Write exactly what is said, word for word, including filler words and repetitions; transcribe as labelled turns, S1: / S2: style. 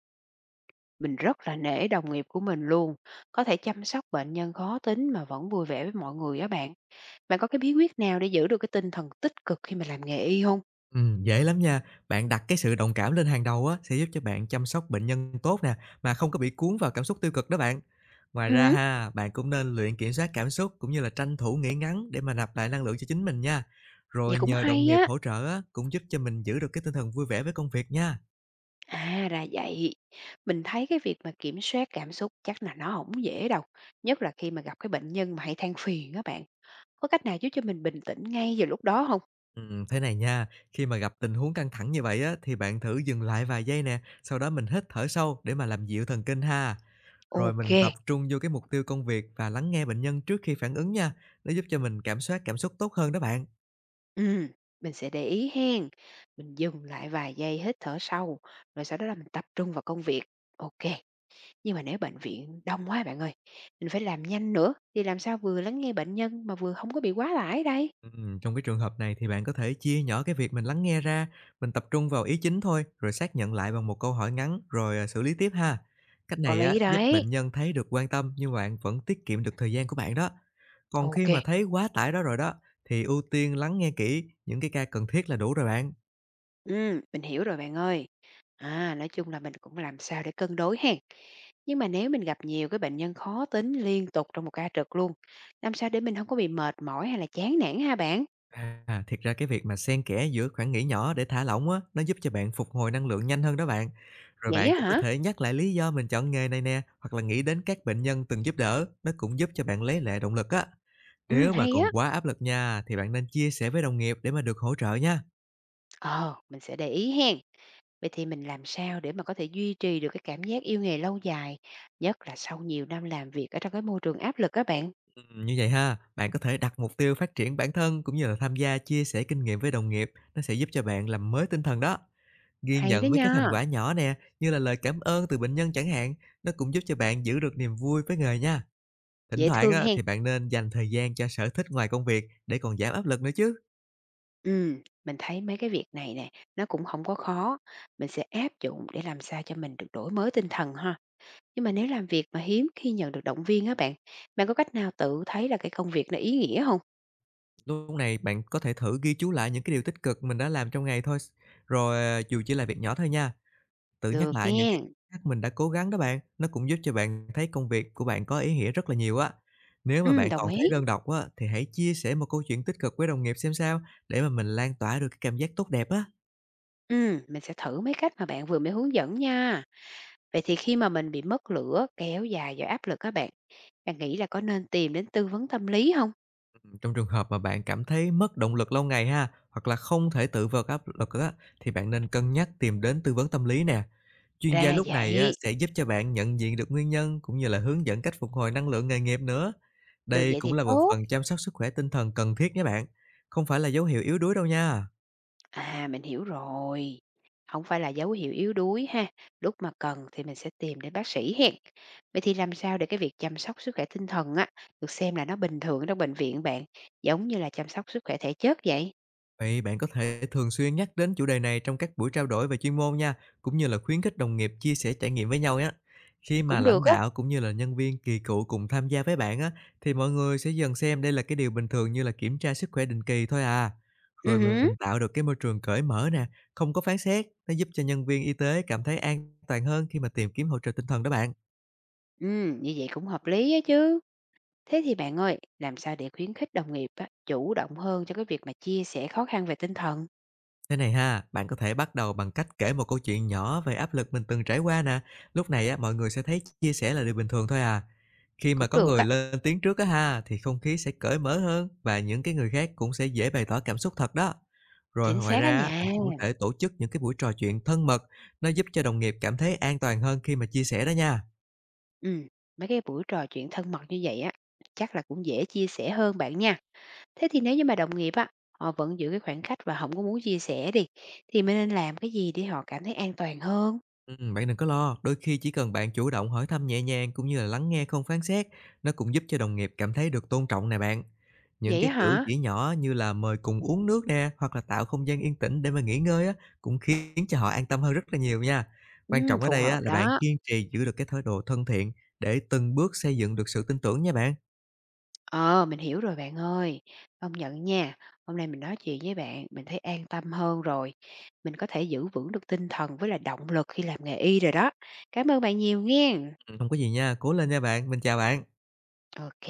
S1: Mình rất là nể đồng nghiệp của mình luôn, có thể chăm sóc bệnh nhân khó tính mà vẫn vui vẻ với mọi người á bạn. Bạn có cái bí quyết nào để giữ được cái tinh thần tích cực khi mà làm nghề y không?
S2: Ừm, dễ lắm nha. Bạn đặt cái sự đồng cảm lên hàng đầu á, sẽ giúp cho bạn chăm sóc bệnh nhân tốt nè, mà không có bị cuốn vào cảm xúc tiêu cực đó bạn. Ngoài
S1: Ừ,
S2: ra
S1: hứm,
S2: ha, bạn cũng nên luyện kiểm soát cảm xúc cũng như là tranh thủ nghỉ ngắn để mà nạp lại năng lượng cho chính mình nha.
S1: vậy
S2: Rồi
S1: cũng
S2: nhờ đồng
S1: hay
S2: nghiệp
S1: á.
S2: hỗ trợ á, cũng giúp cho mình giữ được cái tinh thần vui vẻ với công việc nha.
S1: À, ra vậy. Mình thấy cái việc mà kiểm soát cảm xúc chắc là nó không dễ đâu, nhất là khi mà gặp cái bệnh nhân mà hay than phiền á bạn. Có cách nào giúp cho mình bình tĩnh ngay vào lúc đó không?
S2: Ừm, thế này nha, khi mà gặp tình huống căng thẳng như vậy á, thì bạn thử dừng lại vài giây nè, sau đó mình hít thở sâu để mà làm dịu thần kinh ha. Rồi
S1: Ok.
S2: mình tập trung vô cái mục tiêu công việc và lắng nghe bệnh nhân trước khi phản ứng nha. Nó giúp cho mình cảm soát cảm xúc tốt hơn đó bạn.
S1: Ừ, mình sẽ để ý hen. Mình dừng lại vài giây hít thở sâu, rồi sau đó là mình tập trung vào công việc. Ok. Nhưng mà nếu bệnh viện đông quá bạn ơi, mình phải làm nhanh nữa, thì làm sao vừa lắng nghe bệnh nhân mà vừa không có bị quá tải đây?
S2: Ừm, trong cái trường hợp này thì bạn có thể chia nhỏ cái việc mình lắng nghe ra, mình tập trung vào ý chính thôi, rồi xác nhận lại bằng một câu hỏi ngắn rồi à, xử lý tiếp ha. Cách
S1: Có
S2: này á
S1: lý
S2: giúp bệnh
S1: đấy.
S2: nhân thấy được quan tâm nhưng bạn vẫn tiết kiệm được thời gian của bạn đó. Còn khi
S1: Ok.
S2: mà thấy quá tải đó rồi đó, thì ưu tiên lắng nghe kỹ những cái ca cần thiết là đủ rồi bạn.
S1: Ừ, mình hiểu rồi bạn ơi. À, nói chung là mình cũng làm sao để cân đối hen. Nhưng mà nếu mình gặp nhiều cái bệnh nhân khó tính liên tục trong một ca trực luôn, làm sao để mình không có bị mệt mỏi hay là chán nản ha bạn?
S2: À, thiệt ra cái việc mà xen kẽ giữa khoảng nghỉ nhỏ để thả lỏng á, nó giúp cho bạn phục hồi năng lượng nhanh hơn đó bạn. Rồi
S1: Vậy
S2: bạn
S1: á
S2: cũng có
S1: hả?
S2: thể nhắc lại lý do mình chọn nghề này nè, hoặc là nghĩ đến các bệnh nhân từng giúp đỡ, nó cũng giúp cho bạn lấy lại động lực á.
S1: Ừ,
S2: Nếu mà
S1: hay á.
S2: còn quá áp lực nha, thì bạn nên chia sẻ với đồng nghiệp để mà được hỗ trợ nha.
S1: Ờ, mình sẽ để ý hen. Vậy thì mình làm sao để mà có thể duy trì được cái cảm giác yêu nghề lâu dài, nhất là sau nhiều năm làm việc ở trong cái môi trường áp lực các bạn?
S2: Ừ, như vậy ha, bạn có thể đặt mục tiêu phát triển bản thân cũng như là tham gia chia sẻ kinh nghiệm với đồng nghiệp, nó sẽ giúp cho bạn làm mới tinh thần đó. Ghi
S1: Hay đó
S2: nhận mấy cái thành quả
S1: nha,
S2: nhỏ nè, như là lời cảm ơn từ bệnh nhân chẳng hạn, nó cũng giúp cho bạn giữ được niềm vui với nghề nha. Thỉnh
S1: dễ
S2: thoảng
S1: thương
S2: á,
S1: hen.
S2: thì bạn nên dành thời gian cho sở thích ngoài công việc để còn giảm áp lực nữa chứ.
S1: Ừm, mình thấy mấy cái việc này nè, nó cũng không có khó. Mình sẽ áp dụng để làm sao cho mình được đổi mới tinh thần ha. Nhưng mà nếu làm việc mà hiếm khi nhận được động viên á bạn, bạn có cách nào tự thấy là cái công việc nó ý nghĩa không?
S2: Lúc này bạn có thể thử ghi chú lại những cái điều tích cực mình đã làm trong ngày thôi, rồi ờ, dù chỉ là việc nhỏ thôi nha. Tự nhắc
S1: Được
S2: lại những cái
S1: nghe.
S2: khác mình đã cố gắng đó bạn, nó cũng giúp cho bạn thấy công việc của bạn có ý nghĩa rất là nhiều á. Nếu mà
S1: Ừ,
S2: bạn
S1: đồng
S2: còn thấy
S1: ý.
S2: đơn độc á, thì hãy chia sẻ một câu chuyện tích cực với đồng nghiệp xem sao, để mà mình lan tỏa được cái cảm giác tốt đẹp á.
S1: Ừ, mình sẽ thử mấy cách mà bạn vừa mới hướng dẫn nha. Vậy thì khi mà mình bị mất lửa kéo dài do áp lực các bạn, bạn nghĩ là có nên tìm đến tư vấn tâm lý không?
S2: Trong trường hợp mà bạn cảm thấy mất động lực lâu ngày ha, hoặc là không thể tự vượt áp lực á, thì bạn nên cân nhắc tìm đến tư vấn tâm lý nè. Chuyên gia
S1: Ra
S2: lúc này á,
S1: vậy,
S2: sẽ giúp cho bạn nhận diện được nguyên nhân cũng như là hướng dẫn cách phục hồi năng lượng nghề nghiệp nữa.
S1: được
S2: Đây
S1: vậy
S2: cũng
S1: thì
S2: là một
S1: tốt.
S2: phần chăm sóc sức khỏe tinh thần cần thiết nhé bạn. Không phải là dấu hiệu yếu đuối đâu nha.
S1: À, mình hiểu rồi, không phải là dấu hiệu yếu đuối ha, lúc mà cần thì mình sẽ tìm đến bác sĩ hén. Vậy thì làm sao để cái việc chăm sóc sức khỏe tinh thần á, được xem là nó bình thường ở trong bệnh viện bạn, giống như là chăm sóc sức khỏe thể chất vậy?
S2: Vậy bạn có thể thường xuyên nhắc đến chủ đề này trong các buổi trao đổi về chuyên môn nha, cũng như là khuyến khích đồng nghiệp chia sẻ trải nghiệm với nhau nhé. Khi mà
S1: Cũng
S2: lãnh
S1: được á,
S2: đạo cũng như là nhân viên kỳ cựu cùng tham gia với bạn á, thì mọi người sẽ dần xem đây là cái điều bình thường như là kiểm tra sức khỏe định kỳ thôi à. Rồi
S1: ừm hứm,
S2: mình tạo được cái môi trường cởi mở nè, không có phán xét, nó giúp cho nhân viên y tế cảm thấy an toàn hơn khi mà tìm kiếm hỗ trợ tinh thần đó bạn.
S1: ừm, như vậy cũng hợp lý á chứ. Thế thì bạn ơi, làm sao để khuyến khích đồng nghiệp á, chủ động hơn cho cái việc mà chia sẻ khó khăn về tinh thần?
S2: Thế này ha, bạn có thể bắt đầu bằng cách kể một câu chuyện nhỏ về áp lực mình từng trải qua nè. Lúc này á, mọi người sẽ thấy chia sẻ là điều bình thường thôi à. Khi mà
S1: Cũng
S2: có
S1: được
S2: người
S1: á,
S2: lên tiếng trước á ha, thì không khí sẽ cởi mở hơn và những cái người khác cũng sẽ dễ bày tỏ cảm xúc thật đó. Rồi
S1: chính
S2: ngoài
S1: xác á
S2: ra, á,
S1: nha.
S2: mình cũng có thể tổ chức những cái buổi trò chuyện thân mật, nó giúp cho đồng nghiệp cảm thấy an toàn hơn khi mà chia sẻ đó nha.
S1: Ừm, mấy cái buổi trò chuyện thân mật như vậy á, chắc là cũng dễ chia sẻ hơn bạn nha. Thế thì nếu như mà đồng nghiệp á, họ vẫn giữ cái khoảng cách và không có muốn chia sẻ đi, thì mình nên làm cái gì để họ cảm thấy an toàn hơn?
S2: Ừm, bạn đừng có lo, đôi khi chỉ cần bạn chủ động hỏi thăm nhẹ nhàng cũng như là lắng nghe không phán xét, nó cũng giúp cho đồng nghiệp cảm thấy được tôn trọng nè bạn. Những
S1: Vậy
S2: cái
S1: á
S2: cử
S1: hả?
S2: chỉ nhỏ như là mời cùng uống nước nè, hoặc là tạo không gian yên tĩnh để mà nghỉ ngơi á, cũng khiến cho họ an tâm hơn rất là nhiều nha. Quan
S1: Ừm,
S2: trọng ở
S1: phù
S2: đây
S1: hợp
S2: á, là bạn
S1: đó.
S2: kiên trì giữ được cái thái độ thân thiện để từng bước xây dựng được sự tin tưởng nha bạn.
S1: Ờ, mình hiểu rồi bạn ơi. Công nhận nha, hôm nay mình nói chuyện với bạn, mình thấy an tâm hơn rồi. Mình có thể giữ vững được tinh thần với là động lực khi làm nghề y rồi đó. Cảm ơn bạn nhiều nghen.
S2: Ừ, không có gì nha, cố lên nha bạn, mình chào bạn.
S1: Ok.